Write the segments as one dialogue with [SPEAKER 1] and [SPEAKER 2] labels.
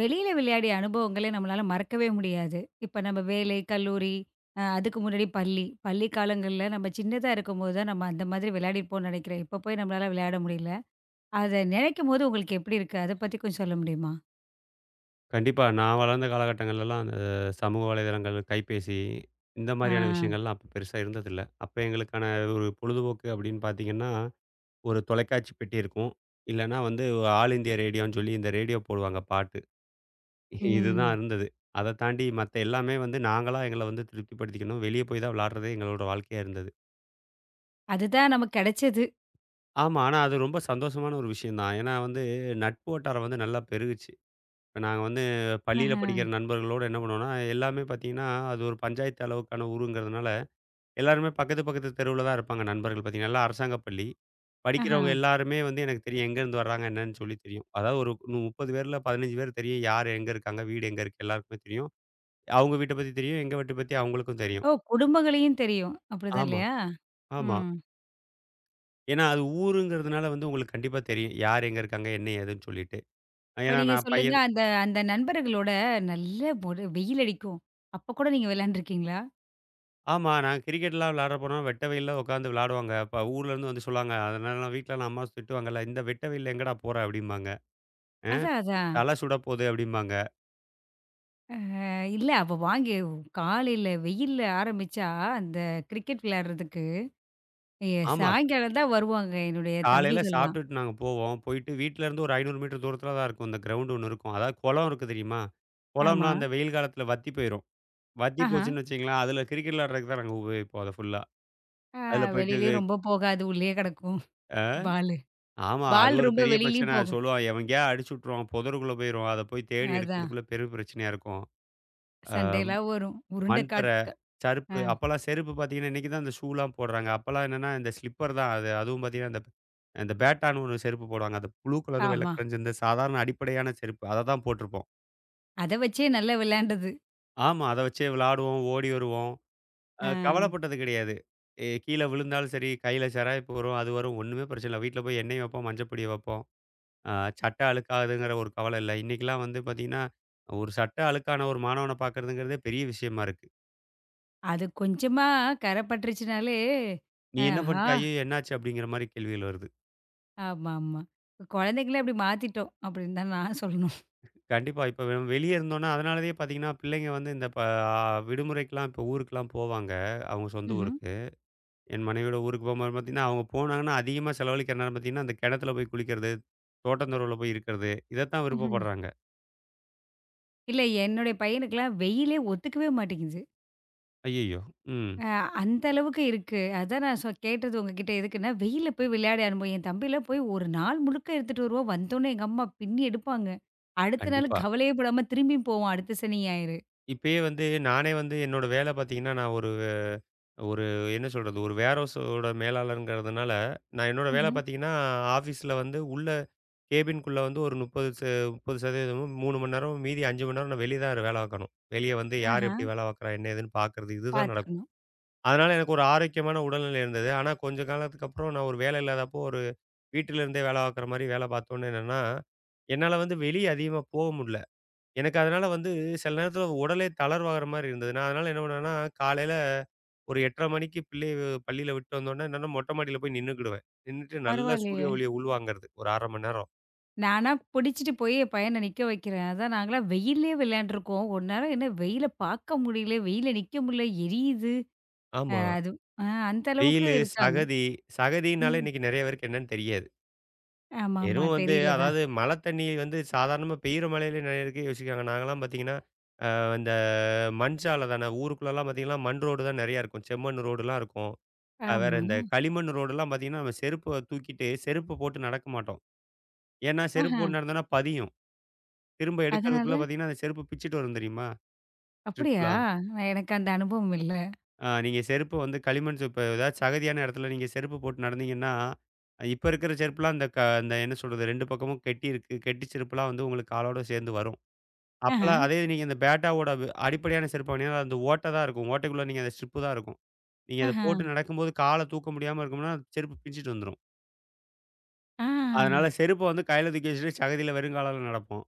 [SPEAKER 1] வெளியில விளையாடிய அனுபவங்களே நம்மளால மறக்கவே முடியாது. இப்ப நம்ம வேலை, கல்லூரி, அதுக்கு முன்னாடி பள்ளி. பள்ளி காலங்கள்ல நம்ம சின்னதா இருக்கும்போது தான் நம்ம அந்த மாதிரி விளையாடிருப்போம்னு நெனைக்கிறேன். இப்ப போய் நம்மளால விளையாட முடியல. அத நெனைக்கும்போது உங்களுக்கு எப்படி இருக்கு? அத பத்தி கொஞ்சம் சொல்ல முடியுமா?
[SPEAKER 2] கண்டிப்பா. நான் வளர்ந்த காலகட்டங்கள்லலாம் அந்த சமூக வலைதளங்கள், கைபேசி இந்த
[SPEAKER 1] ஆ.
[SPEAKER 2] மாரியான விஷயங்கள்லாம் அப்ப பெருசா இருந்ததில்ல. அப்ப எங்களுக்கான ஒரு பொழுதுபோக்கு அப்படின்னு பார்த்தீங்கன்னா, ஒரு தொலைக்காட்சி பெட்டி இருக்கும். இல்லன்னா வந்து ஒரு ஆல் இந்தியா ரேடியோன்னு சொல்லி இந்த ரேடியோ போடுவாங்க பாட்டு. இதுதான்
[SPEAKER 1] ம்.
[SPEAKER 2] இருந்தது. அத தாண்டி மத்த எல்லாமே வந்து நாங்களா எங்கள வந்து திருப்திப்படுத்திக்கணும். வெளிய போய் தான் விளையாடுறதே எங்களோட வாழ்க்கையா இருந்தது.
[SPEAKER 1] அதுதான் நமக்கு கெடைச்சது.
[SPEAKER 2] ஆமா. ஆனா அது ரொம்ப சந்தோஷமான ஒரு விஷயம் தான். ஏன்னா வந்து நட்பு வட்டாரம் வந்து நல்லா பெருகுச்சு. இப்ப நாங்க வந்து பள்ளியில
[SPEAKER 1] ஆஹா.
[SPEAKER 2] படிக்கிற நண்பர்களோட என்ன பண்ணுவோம்னா, எல்லாமே பார்த்தீங்கன்னா, அது ஒரு பஞ்சாயத்து அளவுக்கான ஊருங்கிறதுனால, எல்லாருமே பக்கத்து பக்கத்து தெருவுல தான் இருப்பாங்க நண்பர்கள் பார்த்தீங்கன்னா. எல்லாம் அரசாங்க பள்ளி.
[SPEAKER 1] ஆஹா.
[SPEAKER 2] படிக்கிறவங்க எல்லாருமே வந்து எனக்கு தெரியும். எங்கேருந்து வர்றாங்க என்னன்னு சொல்லி தெரியும். அதாவது ஒரு 30 பேர்ல 15 பேர் தெரியும். யார் எங்க இருக்காங்க? வீடு எங்க இருக்கு? எல்லாருக்குமே தெரியும். அவங்க வீட்ட பத்தி தெரியும். எங்க வீட்ட பத்தி அவங்களுக்கும் தெரியும்.
[SPEAKER 1] ஓ! குடும்பங்களையும் தெரியும். அப்படிதான்
[SPEAKER 2] ஆமா,
[SPEAKER 1] இல்லையா?
[SPEAKER 2] ஆமா.
[SPEAKER 1] ம்.
[SPEAKER 2] ஏன்னா அது ஊருங்கிறதுனால வந்து உங்களுக்கு கண்டிப்பா தெரியும். யார் எங்க இருக்காங்க? என்ன ஏதுன்னு சொல்லிட்டு.
[SPEAKER 1] இப்ப
[SPEAKER 2] ஏன்னா
[SPEAKER 1] நீங்க
[SPEAKER 2] நான்
[SPEAKER 1] சொல்லுங்க
[SPEAKER 2] பையன்
[SPEAKER 1] அந்த அந்த நண்பர்களோட நல்ல ஒரு வெயில் அடிக்கும். அப்ப கூட நீங்க விளையாண்டுருக்கீங்களா?
[SPEAKER 2] ஆமா. நான் கிரிக்கெட்லாம் விளையாட போனா, வெட்ட வெயில்ல உட்காந்து விளையாடுவாங்க. அப்ப ஊர்லேருந்து வந்து சொல்லுவாங்க. அதனால வீட்ல நான் அம்மா திட்டுவாங்கல்ல, "இந்த வெட்ட வெயில்ல எங்கடா போற?" அப்படிம்பாங்க. "அ
[SPEAKER 1] அதான், அதான்.
[SPEAKER 2] தல சுட போது" அப்படிம்பாங்க.
[SPEAKER 1] இல்ல அப்ப வாங்கி காலையில வெயில்ல ஆரம்பிச்சா, அந்த கிரிக்கெட் விளையாடுறதுக்கு எ
[SPEAKER 2] ஆமா.
[SPEAKER 1] சாயங்காலம் தான் வருவாங்க என்னுடைய
[SPEAKER 2] காலையில
[SPEAKER 1] தம்பிகள்லாம்.
[SPEAKER 2] சாப்பிட்டுட்டு நாங்க போவோம். போயிட்டு வீட்லருந்து ஒரு 500 மீட்டர் தூரத்தில தான் இருக்கும். இந்த கிரவுண்ட் ஒண்ணு இருக்கும். அதாவது குளம் இருக்கு தெரியுமா?
[SPEAKER 1] ஆமா.
[SPEAKER 2] குளம்லாம் அந்த வெயில் காலத்தில வத்தி போயிரும். வத்தி
[SPEAKER 1] ஆஹா.
[SPEAKER 2] போச்சுன்னு வச்சுக்கங்களேன், அதில கிரிக்கெட் விளையாடுறதுக்கு தான் நாங்க உபயோகிப்போம் அத ஃபுல்லா.
[SPEAKER 1] ஆ
[SPEAKER 2] அதில போயிட்டு இது
[SPEAKER 1] வெளியிலயும் ரொம்ப போகாது. உள்ளயே கிடக்கும்
[SPEAKER 2] அ
[SPEAKER 1] பாலு.
[SPEAKER 2] ஆமா. அது
[SPEAKER 1] பால்
[SPEAKER 2] ஒரு
[SPEAKER 1] ரொம்ப
[SPEAKER 2] பெரிய பிரச்சனை.
[SPEAKER 1] வெளியிலயும்
[SPEAKER 2] அது
[SPEAKER 1] போக
[SPEAKER 2] சொல்லுவான், "எவங்கேயா அடிச்சு விட்டுருவான், புதருக்குள்ள போயிரும். அத போய் தேடி
[SPEAKER 1] அதான்
[SPEAKER 2] எடுக்கிறதுக்குள்ள பெரும் பிரச்சனையா இருக்கும்." அ
[SPEAKER 1] சண்டைலாம் வரும். உருண்ட
[SPEAKER 2] மண்
[SPEAKER 1] காட்டுக்கா ஆ.
[SPEAKER 2] சருப்பு அப்பலாம் செருப்பு பார்த்தீங்கன்னா, இன்னைக்கு தான் இந்த ஷூலாம் போடுறாங்க. அப்பலாம் என்னன்னா, இந்த ஸ்லிப்பர் தான் அது. அதுவும் பார்த்தீங்கன்னா, அந்த இந்த பேட்டான்னு ஒரு செருப்பு போடுவாங்க. அது ப்ளூ கலரும், வெள்ள
[SPEAKER 1] ஆமா.
[SPEAKER 2] கலரும் சேர்ந்த சாதாரண அடிப்படையான செருப்பு. அத தான் போட்டிருப்போம்.
[SPEAKER 1] அத வச்சே நல்லா விளையாண்டது.
[SPEAKER 2] ஆமா. அத வச்சே விளாடுவோம், ஓடி வருவோம்.
[SPEAKER 1] ஆ.
[SPEAKER 2] கவலைப்பட்டது கிடையாது. கீழ விழுந்தாலும் சரி, கையில சிராய்ப்பு வரும், அது வரும். ஒண்ணுமே பிரச்சனை இல்ல. வீட்ல போய் எண்ணெய் வைப்போம், மஞ்சள் பொடிய வைப்போம். அ சட்டை அழுக்காதுங்கிற ஒரு கவலை இல்ல. இன்னைக்கெல்லாம் வந்து பார்த்தீங்கன்னா, ஒரு சட்டை அழுக்கான ஒரு மாணவன பார்க்கறதுங்கிறதே பெரிய விஷயமா இருக்கு.
[SPEAKER 1] அது கொஞ்சமா கர பட்டுருச்சுனாலே,
[SPEAKER 2] நீ என்ன
[SPEAKER 1] ஆஹா!
[SPEAKER 2] பண்ணிட்ட? ஐயயோ! என்னாச்சு? அப்படிங்கிற மாரி கேள்விகள் வருது.
[SPEAKER 1] ஆமாமா. குழந்தைங்கள அப்படி மாத்திட்டோம் அப்படின்னு தான் நான் சொல்லணும்.
[SPEAKER 2] கண்டிப்பா. இப்ப நம்ம வெளிய இருந்தோம்னா, அதனாலேயே பார்த்தீங்கன்னா, பிள்ளைங்க வந்து இந்த ப அ விடுமுறைக்கலாம் இப்ப ஊருக்குலாம் போவாங்க. அவங்க சொந்த
[SPEAKER 1] ம்ஹ்ம்.
[SPEAKER 2] ஊருக்கு. என் மனைவியோட ஊருக்கு போம்போது பார்த்தீங்கன்னா, அவங்க போனாங்கன்னா அதிகமா செலவழிக்கிற நேரம் பார்த்தீங்கன்னா, அந்த கிணத்துல போய் குளிக்கிறது, தோட்டந்தொரவுல போய் இருக்கிறது, இதத்தான்
[SPEAKER 1] ம்ஹ்ம்.
[SPEAKER 2] விருப்பப்படுறாங்க.
[SPEAKER 1] இல்ல என்னுடைய பையனுக்குலாம் வெயிலே ஒத்துக்கவே மாட்டேங்குது.
[SPEAKER 2] ஐயய்யோ! ம்.
[SPEAKER 1] அ அந்த அளவுக்கு இருக்கு. அதான் நான் கேட்டது உங்ககிட்ட எதுக்குன்னா, வெயில்ல போய் விளையாடிய அனுபவம் என் தம்பிலாம் போய் ஒரு நாள் முழுக்க எடுத்துட்டு வருவான். வந்தோனே எங்க அம்மா பின்னி எடுப்பாங்க. அடுத்த நாள்
[SPEAKER 2] கண்டிப்பா.
[SPEAKER 1] கவலையே படாம திரும்பியும் போவான் அடுத்த சனி, ஞாயிறு.
[SPEAKER 2] இப்பயே வந்து நானே வந்து என்னோட வேலை பார்த்தீங்கன்னா, நான் ஒரு ஒரு என்ன சொல்றது? ஒரு வேர் ஹவுஸோட மேலாளர்ங்கிறதுனால, நான் என்னோட வேலை
[SPEAKER 1] ம்ஹ்ம்.
[SPEAKER 2] பார்த்தீங்கன்னா, ஆஃபீஸ்ல வந்து உள்ள கேபின்குள்ள வந்து ஒரு 30 30% 3 மணி நேரம் மீதி 5 மணி நேரம் நான் வெளிய தான் வேலை பார்க்கணும். வெளிய வந்து யார்
[SPEAKER 1] ஆஹா,
[SPEAKER 2] எப்படி வேலை பார்க்குறா? என்ன ஏதுன்னு பார்க்குறது. இதுதான் நடக்கும்.
[SPEAKER 1] பார்த்துக்கணும்.
[SPEAKER 2] அதனால எனக்கு ஒரு ஆரோக்கியமான உடல்நிலை இருந்தது. ஆனா கொஞ்ச காலத்துக்கு அப்புறம் நான் ஒரு வேலை இல்லாதப்போ ஒரு வீட்டில இருந்தே வேலை பார்க்குற மாரி வேலை பார்த்தோன்னே என்னன்னா, என்னால வந்து வெளிய அதிகமா போக முடியல. எனக்கு அதனால வந்து சில நேரத்தில உடலே தளர்வாகுற மாரி இருந்தது. நான் அதனால என்ன பண்ணுவேன்னா, காலையில ஒரு 8:30 மணிக்கு பிள்ளைய பள்ளியில விட்டு வந்தோன்னே என்னன்னா மொட்டை மாடியில போய் நின்னுக்கிடுவேன். நின்னுட்டு நல்லா
[SPEAKER 1] பரவாயில்லையே!
[SPEAKER 2] சூரிய ஒளிய உள்வாங்கறது ஒரு 1/2 மணி நேரம்.
[SPEAKER 1] நானா புடிச்சிட்டு போய் என் பையன நிக்க வைக்கிறேன். அதான் நாங்கலாம் வெயில்லயே விளையாண்டுருக்கோம். ஒரு நேரம் என்ன வெயில பார்க்க முடியல, வெயில்ல நிக்க முடியல, எரியுது.
[SPEAKER 2] ஆமா.
[SPEAKER 1] அது அந்த அளவுக்கு
[SPEAKER 2] வெயிலு,
[SPEAKER 1] இருக்காங்க.
[SPEAKER 2] சகதி. சகதினாலே
[SPEAKER 1] ம்.
[SPEAKER 2] இன்னைக்கு நெறைய பேருக்கு என்னன்னு தெரியாது.
[SPEAKER 1] ஆமாமா.
[SPEAKER 2] வெறும் வந்து
[SPEAKER 1] தெரியல தான்.
[SPEAKER 2] அதாவது மழை தண்ணி வந்து சாதாரணமா பெய்யிற மழையிலே நெறைய பேருக்கு யோசிக்கிறாங்க. நாங்கலாம் பார்த்தீங்கன்னா, இந்த மண் சாலை தானே ஊருக்குள்ளலாம் பார்த்தீங்கன்னா, மண் ரோடு தான் நெறையா இருக்கும். செம்மண் ரோடுலாம் இருக்கும். வேற
[SPEAKER 1] ஆமா.
[SPEAKER 2] இந்த களிமண் ரோடுலாம் பார்த்தீங்கன்னா, நம்ம செருப்ப தூக்கிட்டு செருப்பு போட்டு நடக்க மாட்டோம். ஏன்னா, செருப்பு
[SPEAKER 1] ஆஹா.
[SPEAKER 2] போட்டு நடந்தோம்னா பதியும். திரும்ப எடுக்கிறதுக்குள்ள
[SPEAKER 1] அதனால?
[SPEAKER 2] பார்த்தீங்கன்னா, அந்த செருப்பு பிச்சுட்டு வரும் தெரியுமா?
[SPEAKER 1] அப்படியா?
[SPEAKER 2] ஸ்ட்ரிப்லாம்.
[SPEAKER 1] நான் எனக்கு அந்த அனுபவம் இல்ல.
[SPEAKER 2] ஆ நீங்க செருப்பு வந்து களிமண் செருப்பு ஏதாவது சகதியான இடத்துல நீங்க செருப்பு போட்டு நடந்தீங்கன்னா, இப்ப இருக்கிற செருப்புலாம் அந்த அந்த என்ன சொல்றது 2 பக்கமும் கெட்டி இருக்கு. கெட்டி செருப்புலாம் வந்து உங்களுக்கு காலோட சேர்ந்து வரும்.
[SPEAKER 1] ஆஹா,
[SPEAKER 2] அப்பலாம் அதே நீங்க இந்த பேட்டாவோட அடிப்படையான செருப்பு வாங்குனீங்கன்னா, அந்த ஓட்ட தான் இருக்கும். ஓட்டைக்குள்ள நீங்க அந்த ஸ்ட்ரிப்பு தான் இருக்கும். நீங்க அத
[SPEAKER 1] ஆஹா,
[SPEAKER 2] போட்டு நடக்கும்போது கால தூக்க முடியாம இருக்கும்னா, அந்த செருப்பு பிஞ்சுட்டு வந்துரும்.
[SPEAKER 1] ஆ.
[SPEAKER 2] அதனால செருப்ப வந்து கையில தூக்கி வச்சுட்டு சகதியில வெறுங்காலால நடப்போம்.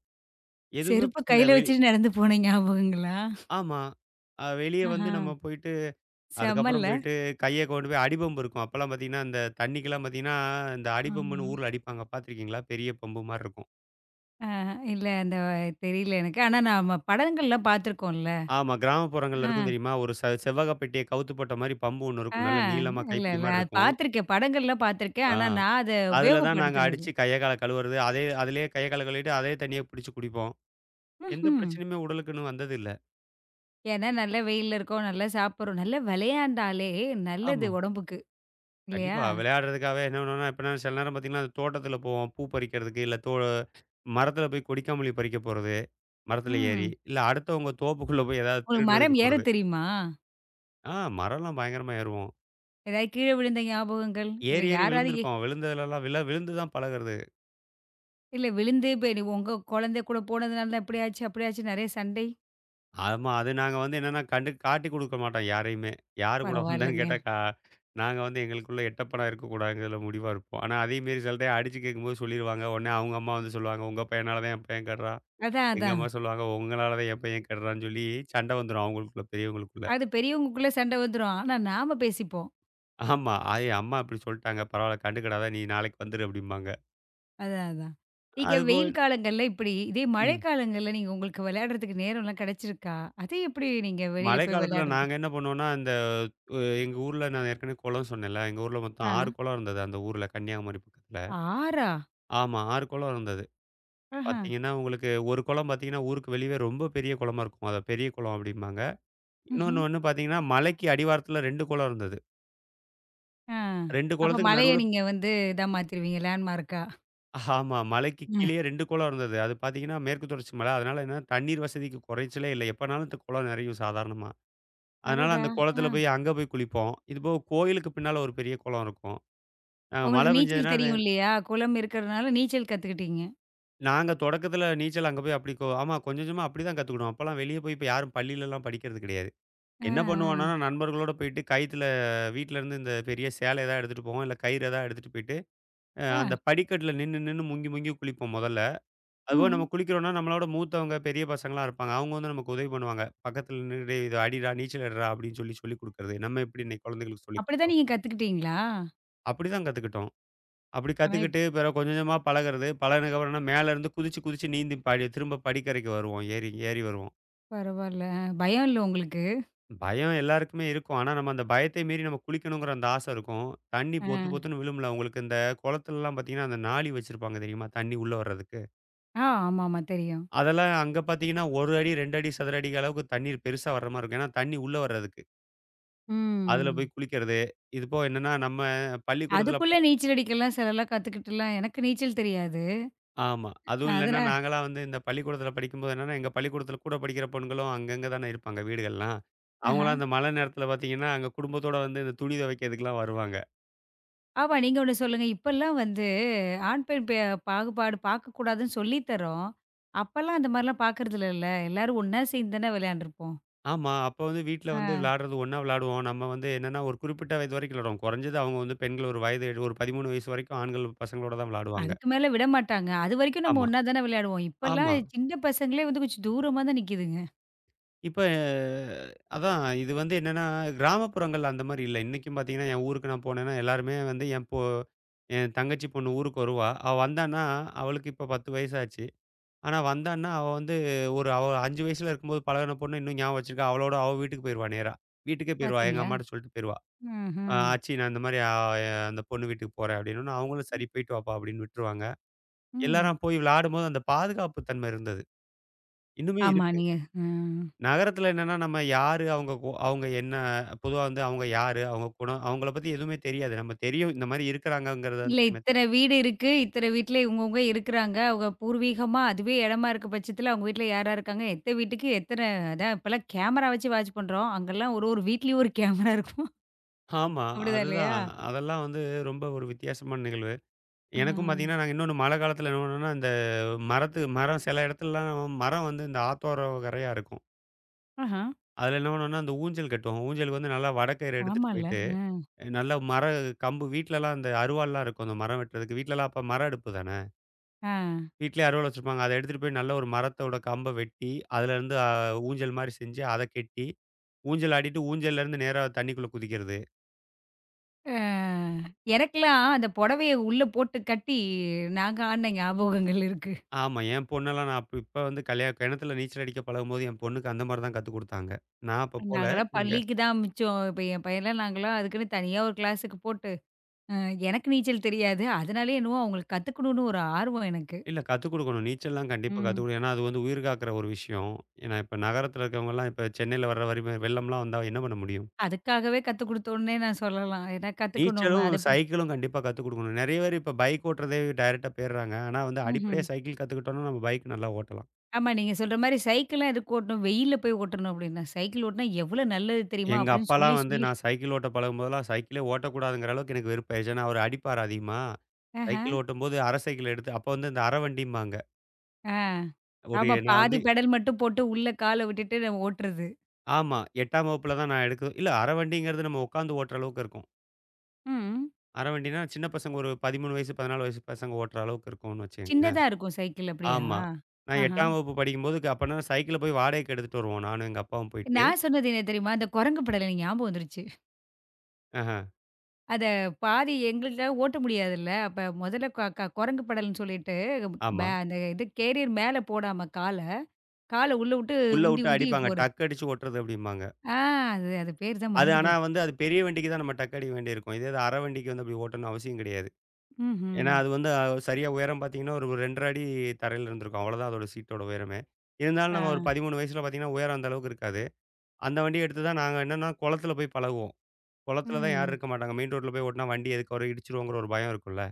[SPEAKER 2] எதுவுமே
[SPEAKER 1] செருப்ப
[SPEAKER 2] பிரச்சனை இல்ல.
[SPEAKER 1] கையில வச்சுட்டு நடந்து போன ஞாபகங்களா?
[SPEAKER 2] ஆமா. வெளிய வந்து
[SPEAKER 1] ஆஹா.
[SPEAKER 2] நம்ம போயிட்டு அதுக்கப்புறம்
[SPEAKER 1] செம்மல்ல.
[SPEAKER 2] போயிட்டு கைய கொண்டு போய் அடிபம்பு இருக்கும். அப்பலாம் பார்த்தீங்கன்னா, இந்த தண்ணிக்கெல்லாம் பார்த்தீங்கன்னா, இந்த
[SPEAKER 1] ஆமா.
[SPEAKER 2] அடிபம்புன்னு ஊர்ல அடிப்பாங்க பார்த்துருக்கீங்களா? பெரிய பம்பு மாரி இருக்கும்.
[SPEAKER 1] இல்ல அந்த தெரியல எனக்கு. ஆனா நாம படங்கள்ல பார்த்துருக்கோம்ல.
[SPEAKER 2] ஆமா. கிராமப்புறங்கள்ல
[SPEAKER 1] ஆ,
[SPEAKER 2] இருக்கும் தெரியுமா? ஒரு செவ்வக பெட்டிய கவுத்து போட்ட மாரி பம்பு ஒண்ணு
[SPEAKER 1] ஆ.
[SPEAKER 2] இருக்கும். நல்ல நீளமா
[SPEAKER 1] இல்ல,
[SPEAKER 2] கைப்பிடி
[SPEAKER 1] இல்ல.
[SPEAKER 2] மாரி
[SPEAKER 1] அது
[SPEAKER 2] இருக்கும்.
[SPEAKER 1] பார்த்துருக்கேன். படங்கள்ல பார்த்துருக்கேன்.
[SPEAKER 2] ஆ
[SPEAKER 1] ஆனா நான் அத
[SPEAKER 2] அதில தான் நாங்க
[SPEAKER 1] உபயோகப்படுத்தினது இல்ல.
[SPEAKER 2] அடிச்சு கைய கால கழுவுறது. அதே அதிலேயே கைய கால கழுவிட்டு அதே தண்ணிய புடிச்சு குடிப்போம். எந்த
[SPEAKER 1] ம்ஹ்ம்.
[SPEAKER 2] பிரச்சனையுமே உடலுக்குன்னு வந்தது இல்ல.
[SPEAKER 1] ஏன்னா நல்ல வெயில்ல இருக்கோம், நல்லா சாப்பிடுறோம். நல்லா விளையாண்டாலே நல்லது
[SPEAKER 2] ஆமா.
[SPEAKER 1] உடம்புக்கு. இல்லையா?
[SPEAKER 2] கண்டிப்பா. விளையாடுறதுக்காகவே என்ன பண்ணுவோம்னா, எப்படின்னா சில நேரம் பார்த்தீங்கன்னா, அந்த தோட்டத்தில போவோம். பூ பறிக்கிறதுக்கு, இல்ல மரத்தில போய் கொடிக்காமல்லி பறிக்க போறது. மரத்தில ஏறி.
[SPEAKER 1] ம்.
[SPEAKER 2] இல்ல அடுத்தவங்க தோப்புக்குள்ள போய் ஏதாவது
[SPEAKER 1] உங்களுக்கு மரம்
[SPEAKER 2] திருடுறதுக்கு போறது.
[SPEAKER 1] ஏறத் தெரியுமா?
[SPEAKER 2] ஆ மரம்லாம் பயங்கரமா ஏறுவோம்.
[SPEAKER 1] ஏதாவது கீழ விழுந்த ஞாபகங்கள்? இல்ல
[SPEAKER 2] ஏறி, ஏறி
[SPEAKER 1] யாராவது
[SPEAKER 2] விழுந்திருக்கோம். விழுந்ததுலலாம் விழ விழுந்து தான் பழகுறது.
[SPEAKER 1] இல்ல விழுந்து இப்ப நீ உங்க குழந்தை கூட போனதுனால தான் இப்படி ஆச்சு, அப்படி ஆச்சு நெறைய சண்டை?
[SPEAKER 2] ஆமா. அது நாங்க வந்து என்னன்னா கண்டு காட்டிக் குடுக்க மாட்டோம் யாரையுமே. யாரு கூட வந்தேன்னு
[SPEAKER 1] பரவாயில்லங்க.
[SPEAKER 2] கேட்டா நாங்க வந்து எங்களுக்குள்ள எட்டப்பணம் இருக்கக்கூடாதுங்கிறதுல முடிவா இருப்போம். ஆனா, அதையும் மீறி சில டைம் அடிச்சு கேட்கும்போது சொல்லிருவாங்க. உடனே அவங்க அம்மா வந்து சொல்லுவாங்க, "உங்க பையனால தான் என் பையன் கெடுறான்."
[SPEAKER 1] அதான்,
[SPEAKER 2] எங்க
[SPEAKER 1] அதான்.
[SPEAKER 2] அம்மா சொல்லுவாங்க, "உங்களால தான் என் பையன் கெடுறான்னு" சொல்லி சண்டை வந்துரும் அவங்களுக்குள்ள, பெரியவங்களுக்குள்ள.
[SPEAKER 1] அது பெரியவங்களுக்குள்ள சண்டை வந்துரும். ஆனா நாம பேசிப்போம்.
[SPEAKER 2] ஆமா. அது அம்மா இப்படி சொல்ட்டாங்க, பரவாயில்ல கண்டுக்கிடாத நீ நாளைக்கு வந்துரு அப்படிம்பாங்க.
[SPEAKER 1] அதான், அதான். நீங்க
[SPEAKER 2] அதுபோக
[SPEAKER 1] வெயில் காலங்கள்ல இப்படி, இதே மழை
[SPEAKER 2] ம்.
[SPEAKER 1] காலங்கள்ல நீங்க உங்களுக்கு விளையாடுறதுக்கு நேரம்லாம் கிடைச்சிருக்கா? அது எப்படி நீங்க வெளியில
[SPEAKER 2] மழை
[SPEAKER 1] போய்
[SPEAKER 2] காலத்தில
[SPEAKER 1] விளையாடுறது?
[SPEAKER 2] நாங்க என்ன பண்ணுவோம்னா, இந்த எங்க ஊர்ல நான் ஏற்கனவே குளம் சொன்னேன்ல, எங்க ஊர்ல மொத்தம்
[SPEAKER 1] ஆ.
[SPEAKER 2] 6 குளம் இருந்தது அந்த ஊர்ல கன்னியாகுமரி பக்கத்தில.
[SPEAKER 1] 6ஆ?
[SPEAKER 2] ஆமா 6 குளம் இருந்தது.
[SPEAKER 1] ஆஹா.
[SPEAKER 2] பார்த்தீங்கன்னா, உங்களுக்கு ஒரு குளம் பார்த்தீங்கன்னா, ஊருக்கு வெளியவே ரொம்ப பெரிய குளமா இருக்கும். அத பெரிய குளம் அப்படிம்பாங்க.
[SPEAKER 1] ம்ஹ்ம்.
[SPEAKER 2] இன்னொன்னு வந்து பார்த்தீங்கன்னா, மலைக்கு அடிவாரத்தில 2 குளம் இருந்தது.
[SPEAKER 1] ஆ.
[SPEAKER 2] 2
[SPEAKER 1] அப்ப
[SPEAKER 2] குளத்துக்கு
[SPEAKER 1] மழைய
[SPEAKER 2] நடுவுல
[SPEAKER 1] நீங்க வந்து இதா மாத்திருவீங்க லேண்ட்மார்க்கா?
[SPEAKER 2] ஆமா. மலைக்கு கீழேயே 2 குளம் இருந்தது. அது பார்த்தீங்கன்னா, மேற்கு தொடர்ச்சி மலை. அதனால என்னன்னா, தண்ணீர் வசதிக்கு குறைச்சலே இல்ல. எப்பனாலும் இந்த குளம் நெறையும் சாதாரணமா. அதனால
[SPEAKER 1] அடடா!
[SPEAKER 2] அந்த குளத்தில
[SPEAKER 1] ஆ.
[SPEAKER 2] போய் அங்க போய் குளிப்போம். இதுபோக கோயிலுக்கு பின்னால ஒரு பெரிய குளம் இருக்கும். நாங்க மழை
[SPEAKER 1] உங்களுக்கு நீச்சல்
[SPEAKER 2] பெஞ்சதுன்னா,
[SPEAKER 1] தெரியும் இல்லையா? குளம் இருக்கிறதுனால நீச்சல் கத்துக்கிட்டீங்க.
[SPEAKER 2] நாங்க தொடக்கத்தில நீச்சல் அங்க போய் அப்படி ஆமா கொஞ்சம் கொஞ்சமா அப்படி தான் கத்துக்கிட்டோம். அப்பலாம் வெளிய போய் இப்ப யாரும் பள்ளியிலலாம் படிக்கிறது கிடையாது.
[SPEAKER 1] ஆ,
[SPEAKER 2] என்ன பண்ணுவோம்னா, நண்பர்களோட போயிட்டு கயித்துல வீட்லருந்து இந்த பெரிய சேலை ஏதாவது எடுத்துட்டு போவோம். இல்ல கயிறு ஏதாவது எடுத்துட்டு போயிட்டு,
[SPEAKER 1] ஆ, ஆ.
[SPEAKER 2] அந்த படிக்கட்டில நின்னு நின்னு முங்கி முங்கி குளிப்போம் மொதல்ல. அதுபோக நம்ம
[SPEAKER 1] ம்.
[SPEAKER 2] குளிக்கிறோம்னா, நம்மளோட மூத்தவங்க, பெரிய பசங்களா இருப்பாங்க. அவங்க வந்து நமக்கு உதவி பண்ணுவாங்க. பக்கத்துல நின்னு, "டேய் இத அடிடா, நீச்சல் அடிடா" அப்படின்னு சொல்லி சொல்லிக் குடுக்கறது. நம்ம எப்படி இன்னைக்கு குழந்தைகளுக்கு சொல்லிக்
[SPEAKER 1] அப்படிதான்
[SPEAKER 2] குடுக்குறோம்.
[SPEAKER 1] நீங்க கத்துக்கிட்டீங்களா?
[SPEAKER 2] அப்படிதான் கத்துக்கிட்டோம். அப்படி
[SPEAKER 1] ஆனா, இப்ப
[SPEAKER 2] கத்துக்கிட்டு, பிறகு கொஞ்சம் கொஞ்சமா பழகுறது. பழகுனதுக்கப்புறம்னா, மேல இருந்து குதிச்சு குதிச்சு நீந்தி படி திரும்ப படிக்கரைக்கு வருவோம். ஏறி ஏறி வருவோம்.
[SPEAKER 1] பரவால்ல. பயம் இல்ல உங்களுக்கு?
[SPEAKER 2] பயம் எல்லாருக்குமே இருக்கும். ஆனா, நம்ம அந்த பயத்தை மீறி நம்ம குளிக்கணுங்கிற அந்த ஆசை இருக்கும். தண்ணி
[SPEAKER 1] ஆ.
[SPEAKER 2] பொத்து பொத்துன்னு விழும்ல. உங்களுக்கு இந்த குளத்துலலாம் பாத்தீங்கன்னா, அந்த நாளி வச்சிருப்பாங்க தெரியுமா? தண்ணி உள்ள வர்றதுக்கு.
[SPEAKER 1] ஆ, ஆமாமா தெரியும்.
[SPEAKER 2] அதெல்லாம் அங்க பார்த்தீங்கன்னா, 1 அடி, 2 அடி சதுர அடிக்கு அளவுக்கு தண்ணீர் பெருசா வர்ற மாரி இருக்கும். ஏன்னா, தண்ணி உள்ள வர்றதுக்கு. அதுல
[SPEAKER 1] ம்.
[SPEAKER 2] போய் குளிக்கிறது. இது போக என்னன்னா, நம்ம பள்ளிக்கூடத்துல
[SPEAKER 1] அதுக்குள்ள நீச்சல் அடிக்கலாம் சிலர்லாம் கத்துக்கிட்டுலாம் எனக்கு நீச்சல் தெரியாது.
[SPEAKER 2] ஆமா. அதுவும் இல்லன்னா,
[SPEAKER 1] அதனா
[SPEAKER 2] நாங்கலாம் வந்து இந்த பள்ளிக்கூடத்துல படிக்கும்போது என்னன்னா, எங்க பள்ளிக்கூடத்துல கூட படிக்கிற பொண்களும் அங்கங்க தானே இருப்பாங்க வீடுகள்லாம்.
[SPEAKER 1] ஆஹா.
[SPEAKER 2] அவங்கலாம் அந்த மழை நேரத்துல பார்த்தீங்கன்னா, அங்க குடும்பத்தோட வந்து இந்த துணி துவைக்கிறதுக்குலாம் வருவாங்க.
[SPEAKER 1] ஆமா நீங்க ஒண்ணு சொல்லுங்க. இப்பலாம் வந்து ஆண், பெண் பாகுபாடு பார்க்கக்கூடாதுன்னு சொல்லி தர்றோம். அப்பலாம் அந்த மாரிலாம் பார்க்கறது இல்லல்ல. எல்லாரும் ஒண்ணா சேர்ந்து தானே விளையாண்டுருப்போம்.
[SPEAKER 2] ஆமா. அப்போ வந்து வீட்ல வந்து விளையாடுறது ஒண்ணா விளையாடுவோம். நம்ம வந்து என்னன்னா, ஒரு குறிப்பிட்ட வயது வரைக்கும் விளையாடுவோம். குறைஞ்சது அவங்க வந்து பெண்கள் ஒரு வயது ஒரு 13 வயசு வரைக்கும் ஆண்கள் பசங்களோட தான் விளையாடுவாங்க.
[SPEAKER 1] அதுக்கு மேல விடமாட்டாங்க. அதுவரைக்கும் நம்ம
[SPEAKER 2] ஆமா,
[SPEAKER 1] ஒண்ணா தானே விளையாடுவோம். இப்பலாம்
[SPEAKER 2] ஆமா.
[SPEAKER 1] சின்ன பசங்களே வந்து கொஞ்சம் தூரமா தான் நிக்குதுங்க.
[SPEAKER 2] இப்ப அதான் இது வந்து என்னன்னா, கிராமப்புறங்கள்ல அந்த மாரி இல்ல. இன்னைக்கும் பார்த்தீங்கன்னா, என் ஊருக்கு நான் போனேன்னா, எல்லாருமே வந்து என் தங்கச்சி பொண்ணு ஊருக்கு வருவா. அவ வந்தான்னா, அவளுக்கு இப்ப 10 வயசாச்சு. ஆனா வந்தான்னா, அவ வந்து ஒரு அவ 5 வயசுல இருக்கும்போது பழகுன பொண்ணு இன்னும் ஞாபகம் வச்சிருக்கா. அவளோட அவ வீட்டுக்கு போயிருவா நேரா. வீட்டுக்கே போயிருவா. எங்க
[SPEAKER 1] பார்த்தீங்களா?
[SPEAKER 2] அம்மாட்ட சொல்லிட்டு போயிருவா. "அ
[SPEAKER 1] ம்ஹ்ம்.
[SPEAKER 2] ஆச்சி நான் இந்த மாரி அந்த பொண்ணு வீட்டுக்கு போறேன்" அப்படின்னோன்னே, அவங்களும் "சரி போயிட்டு வாப்பா" அப்படின்னு விட்டுருவாங்க.
[SPEAKER 1] ம்.
[SPEAKER 2] எல்லாரும் போய் விளையாடும்போது அந்த பாதுகாப்பு தன்மை இருந்தது. இன்னுமே
[SPEAKER 1] ஆமா
[SPEAKER 2] இருக்கு.
[SPEAKER 1] நீங்க அ.
[SPEAKER 2] நகரத்துல என்னன்னா, நம்ம யாரு? அவங்க என்ன? பொதுவா வந்து அவங்க யாரு? அவங்க குணம்? அவங்கள பத்தி எதுவுமே தெரியாது. நம்ம தெரியும் இந்த மாரி இருக்கிறாங்கங்கிறது தான்
[SPEAKER 1] இல்ல
[SPEAKER 2] தெரியுமே
[SPEAKER 1] இத்தன வீடு இருக்கு. இத்தன வீட்ல இவங்கவங்க இருக்குறாங்க. அவங்க பூர்வீகமா அதுவே இடமா இருக்க பட்சத்துல அவங்க வீட்ல யார் யார் இருக்காங்க, எத்த வீட்டுக்கு எத்தன அதான் இப்பலாம் கேமரா வச்சு வாட்ச் பண்றோம். அங்கலாம் ஒரு ஒரு வீட்லயும் ஒரு கேமரா இருக்கும்.
[SPEAKER 2] ஆமா.
[SPEAKER 1] அப்படிதான் இல்லையா?
[SPEAKER 2] அதுதான். அதெல்லாம் வந்து ரொம்ப ஒரு வித்தியாசமான நிகழ்வு.
[SPEAKER 1] ஆ.
[SPEAKER 2] எனக்கும் பார்த்தீங்கன்னா, நாங்க இன்னொன்னு மழை காலத்துல என்ன பண்ணுவோம்னா, இந்த மரம் சில இடத்துலலாம் மரம் வந்து இந்த ஆத்தோரம் கரையா இருக்கும்.
[SPEAKER 1] ஆஹா.
[SPEAKER 2] அதுல என்ன பண்ணுவோம்னா, அந்த ஊஞ்சல் கட்டுவோம். ஊஞ்சலுக்கு வந்து நல்லா வடக்கயிறு எடுத்துட்டு
[SPEAKER 1] ஆமால்ல.
[SPEAKER 2] போயிட்டு,
[SPEAKER 1] அ.
[SPEAKER 2] நல்ல மர கம்பு வீட்லலாம் அந்த அருவாள்லாம் இருக்கும். அந்த மரம் வெட்டுறதுக்கு. வீட்லலாம் அப்ப மர அடுப்பு தான.
[SPEAKER 1] ஆ.
[SPEAKER 2] வீட்லயே அருவாள் வச்சிருப்பாங்க. அத எடுத்துட்டு போய் நல்ல ஒரு மரத்தோட கம்ப வெட்டி, அதுலருந்து ஊஞ்சல் மாரி செஞ்சு அத கெட்டி, ஊஞ்சல் ஆடிட்டு ஊஞ்சல்லருந்து நேரா தண்ணிக்குள்ள குதிக்கிறது.
[SPEAKER 1] அ எனக்கெல்லாம் அந்த புடவைய உள்ள போட்டு கட்டி நாங்க ஆடுன ஞாபகங்கள் இருக்கு.
[SPEAKER 2] ஆமா. என் பொண்ணெல்லாம் நான் அப்ப இப்ப வந்து கிணத்துல நீச்சல் அடிக்க பழகும்போது என் பொண்ணுக்கு அந்த மாரி தான் கத்துக் குடுத்தாங்க. நான் அப்ப போல
[SPEAKER 1] நாங்கலாம்
[SPEAKER 2] இங்க
[SPEAKER 1] பள்ளிக்கு தான் மிச்சம். இப்ப என் பையன்லாம் நாங்கலாம் அதுக்குன்னு தனியா ஒரு கிளாஸுக்கு போட்டு, அ எனக்கு நீச்சல் தெரியாது. அதனாலயே என்னவோ அவங்களுக்கு கத்துக்கணும்னு ஒரு ஆர்வம் எனக்கு.
[SPEAKER 2] இல்ல கத்துக் குடுக்கணும். நீச்சல்லாம் கண்டிப்பா
[SPEAKER 1] ம்.
[SPEAKER 2] கத்துக் குடு ஏன்னா அது வந்து உயிர் காக்கிற ஒரு விஷயம். ஏன்னா இப்ப நகரத்துல இருக்கவங்கலாம் இப்ப சென்னையில வர்ற வரி வெள்ளம்லாம் வந்தா என்ன பண்ண முடியும்?
[SPEAKER 1] அதுக்காகவே கத்துக் குடுத்தோன்னே நான் சொல்லலாம். ஏன்னா கத்துக்கணும்
[SPEAKER 2] நீச்சலும்,
[SPEAKER 1] அது
[SPEAKER 2] சைக்கிளும் கண்டிப்பா கத்துக் குடுக்கணும். நெறைய பேர் இப்ப பைக் ஓட்டுறதே டைரக்ட்டா போயிர்றாங்க. ஆனா வந்து
[SPEAKER 1] ம்ஹ்ம்.
[SPEAKER 2] அடிப்படையா சைக்கிள் கத்துக்கிட்டோம்னா நம்ம பைக் நல்லா ஓட்டலாம்.
[SPEAKER 1] ஆமா நீங்க சொல்ற மாரி சைக்கிள்லாம் எதுக்கு ஓட்டணும்? வெயில்ல போய் ஓட்டணும் அப்டின்னா, சைக்கிள் ஓட்டினா எவ்வளோ நல்லது தெரியுமா?
[SPEAKER 2] எங்க
[SPEAKER 1] அப்படின்னு சொல்லி
[SPEAKER 2] அப்பாலாம் வந்து
[SPEAKER 1] சொல்லி
[SPEAKER 2] நான் சைக்கிள் ஓட்ட பழகும்போதெல்லாம் சைக்கிளே ஓட்டக்கூடாதுங்கிற அளவுக்கு எனக்கு வெறுப்பாயிருச்சு. ஏன்னா, அவரு அடிப்பாரு அதிகமா.
[SPEAKER 1] ஆஹ.
[SPEAKER 2] சைக்கிள் ஓட்டும்போது அரை சைக்கிள் எடுத்து அப்போ வந்து இந்த அரை வண்டிம்பாங்க.
[SPEAKER 1] ஆ.
[SPEAKER 2] ஒரு
[SPEAKER 1] ஆமா
[SPEAKER 2] நான்
[SPEAKER 1] பாதி
[SPEAKER 2] வந்து
[SPEAKER 1] பெடல் மட்டும் போட்டு உள்ள கால விட்டுட்டு நம்ம ஓட்டுறது.
[SPEAKER 2] ஆமா. 8ஆம் வகுப்புல தான் நான் எடுக்க இல்ல அரை வண்டிங்கிறது நம்ம உட்காந்து ஓட்டுற அளவுக்கு இருக்கும்.
[SPEAKER 1] ம்.
[SPEAKER 2] அரை வண்டின்னா சின்ன பசங்க ஒரு 13 வயசு, 14 வயசு பசங்க ஓட்டுற அளவுக்கு இருக்கும்னு வச்சுக்கங்களேன்.
[SPEAKER 1] சின்னதா இருக்கும் சைக்கிள் அப்படியா?
[SPEAKER 2] ஆமா. நான்
[SPEAKER 1] ஆஹா.
[SPEAKER 2] 8ஆம் வகுப்பு படிக்கும்போது அப்பன்னா சைக்கிள போய் வாடகைக்கு எடுத்துட்டு வருவோம். நானும் எங்க அப்பாவும் போயிட்டு.
[SPEAKER 1] நான் சொன்னது என்ன தெரியுமா? அந்த குரங்கு படம் எனக்கு ஞாபகம் வந்துருச்சு.
[SPEAKER 2] ஆஹ.
[SPEAKER 1] அத பாதி எங்களுக்காக ஓட்ட முடியாதுல்ல. அப்ப முதல்ல க க குரங்கு படல்ன்னு சொல்லிட்டு
[SPEAKER 2] ஆமா.
[SPEAKER 1] அந்த இது கேரியர் மேல போடாம கால, கால உள்ள விட்டு
[SPEAKER 2] உள்ள
[SPEAKER 1] உந்தி
[SPEAKER 2] விட்டு
[SPEAKER 1] உந்தி
[SPEAKER 2] அடிப்பாங்க.
[SPEAKER 1] போறது.
[SPEAKER 2] டக் அடிச்சு ஓட்டுறது அப்படிம்பாங்க.
[SPEAKER 1] ஆ அது அது பேர் தான்
[SPEAKER 2] அது
[SPEAKER 1] மறந்து
[SPEAKER 2] ஆனா
[SPEAKER 1] போச்சு.
[SPEAKER 2] வந்து அது பெரிய வண்டிக்கு தான் நம்ம டக் அடிக்க வேண்டியிருக்கும். இதே இது அரை வண்டிக்கு வந்து அப்படி ஓட்டணும்னு அவசியம் கிடையாது.
[SPEAKER 1] ம்ஹ்ம்.
[SPEAKER 2] ஏன்னா அது வந்து சரியா உயரம் பார்த்தீங்கன்னா, ஒரு 2 1/2 அடி தரையில இருந்திருக்கும். அவ்வளோதான் அதோட சீட்டோட உயரமே. இருந்தாலும்
[SPEAKER 1] ஆ.
[SPEAKER 2] நம்ம ஒரு 13 வயசுல பார்த்தீங்கன்னா, உயரம் அந்த அளவுக்கு இருக்காது. அந்த வண்டிய எடுத்து தான் நாங்க என்னன்னா, குளத்தில போய் பழகுவோம். குளத்தில தான் யாரும்
[SPEAKER 1] ம்.
[SPEAKER 2] இருக்க மாட்டாங்க. மெயின் ரோட்ல போய் ஓட்டுனா வண்டி எதுக்கு வரும் இடிச்சுருவோங்கிற ஒரு பயம் இருக்கும்ல.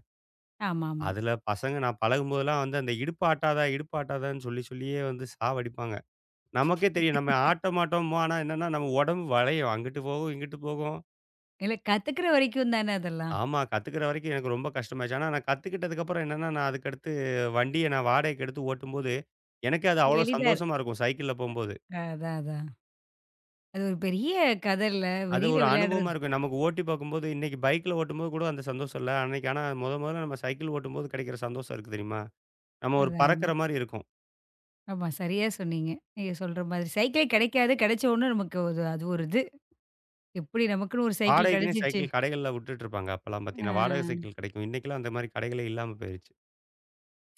[SPEAKER 1] ஆமாமா.
[SPEAKER 2] அதில பசங்க நான் பழகும்போதெல்லாம் வந்து அந்த இடுப்பு ஆட்டாத, இடுப்பு ஆட்டாதன்னு சொல்லி சொல்லியே வந்து சாவடிப்பாங்க. நமக்கே தெரியும் நம்ம ஆட்ட மாட்டோம். ஆனா என்னன்னா, நம்ம உடம்பு வளையும். அங்கிட்டு போகும், இங்கிட்டு போகும்.
[SPEAKER 1] இல்ல கத்துக்கிற வரைக்கும் தானே அதெல்லாம்.
[SPEAKER 2] ஆமா. கத்துக்கிற வரைக்கும் எனக்கு ரொம்ப கஷ்டமாச்சு. ஆனா நான் கத்துக்கிட்டதுக்கப்புறம் என்னன்னா, நான் அதுக்கடுத்து வண்டிய நான் வாடகைக்கு எடுத்து ஓட்டும்போது, எனக்கே அது அவ்வளோ
[SPEAKER 1] எளிதா இரு-
[SPEAKER 2] சந்தோஷமா இருக்கும் சைக்கிள்ல போம்போது.
[SPEAKER 1] அதான் அதான். அது ஒரு பெரிய கதல்ல.
[SPEAKER 2] அது
[SPEAKER 1] வெளியில
[SPEAKER 2] ஒரு அனுபவமா
[SPEAKER 1] விளையாடுறது.
[SPEAKER 2] இருக்கும். நமக்கு ஓட்டி பார்க்கும்போது இன்னைக்கு பைக்ல ஓட்டும்போது கூட அந்த சந்தோஷம் இல்ல. அன்னைக்கு ஆனா மொத மொதல்ல நம்ம சைக்கிள் ஓட்டும்போது கிடைக்கிற சந்தோஷம் இருக்கு தெரியுமா? நம்ம ஒரு
[SPEAKER 1] அது ஆமா.
[SPEAKER 2] பறக்கிற மாரி இருக்கும்.
[SPEAKER 1] ஆமா. சரியா சொன்னீங்க. நீங்க சொல்ற மாதிரி. சைக்கிளே கிடைக்காது. கிடைச்ச உடனே நமக்கு அது அது ஒரு இது. எப்படி நமக்குன்னு ஒரு சைக்கிள்
[SPEAKER 2] வாடகைக்குன்னே
[SPEAKER 1] கிடைச்சிச்சு.
[SPEAKER 2] சைக்கிள் கடைகள்ல விட்டுட்டுருப்பாங்க. அப்பலாம்
[SPEAKER 1] ஆ
[SPEAKER 2] பார்த்தீங்கன்னா, வாடகை சைக்கிள் கிடைக்கும். இன்னைக்கெல்லாம் அந்த மாரி கடைகளே இல்லாம போயிருச்சு.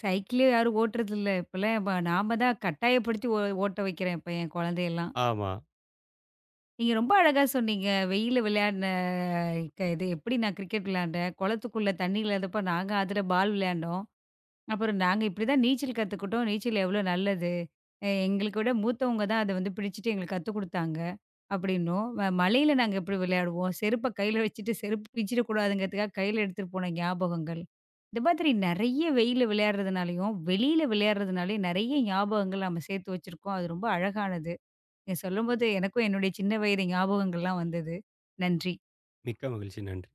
[SPEAKER 1] சைக்கிளே யாரும் ஓட்டுறதில்ல. இப்பலாம் நாம தான் கட்டாயப்படுத்தி ஓட்ட வைக்கிறேன் இப்ப என் குழந்தையெல்லாம்.
[SPEAKER 2] ஆமா.
[SPEAKER 1] நீங்க ரொம்ப அழகா சொன்னீங்க. வெயில்ல விளையாடின இது எப்படி நான் கிரிக்கெட் விளையாண்டேன். குளத்துக்குள்ள தண்ணி இல்லாதப்ப நாங்க அதில பால் விளையாண்டோம். அப்புறம் நாங்க இப்படிதான் நீச்சல் கத்துக்கிட்டோம். நீச்சல் எவ்வளோ நல்லது. எங்களுக்கு விட மூத்தவங்க தான் அத வந்து பிடிச்சுட்டு எங்களுக்கு கத்துக் குடுத்தாங்க. அப்படின்னோம். மழையில நாங்க எப்படி விளையாடுவோம். செருப்ப கையில வச்சுட்டு செருப்பு பிஞ்சிடக்கூடாதுங்கிறதுக்காக கையில எடுத்துட்டு போன ஞாபகங்கள். இந்த மாதிரி நெறைய வெயில்ல விளையாடுறதுனாலயும், வெளியில விளையாடுறதுனாலயும் நெறைய ஞாபகங்கள் நம்ம சேர்த்து வச்சிருக்கோம். அது ரொம்ப அழகானது. நீங்க சொல்லும்போது எனக்கும் என்னுடைய சின்ன வயது ஞாபகங்கள்லாம் வந்தது. நன்றி.
[SPEAKER 2] மிக்க மகிழ்ச்சி. நன்றி.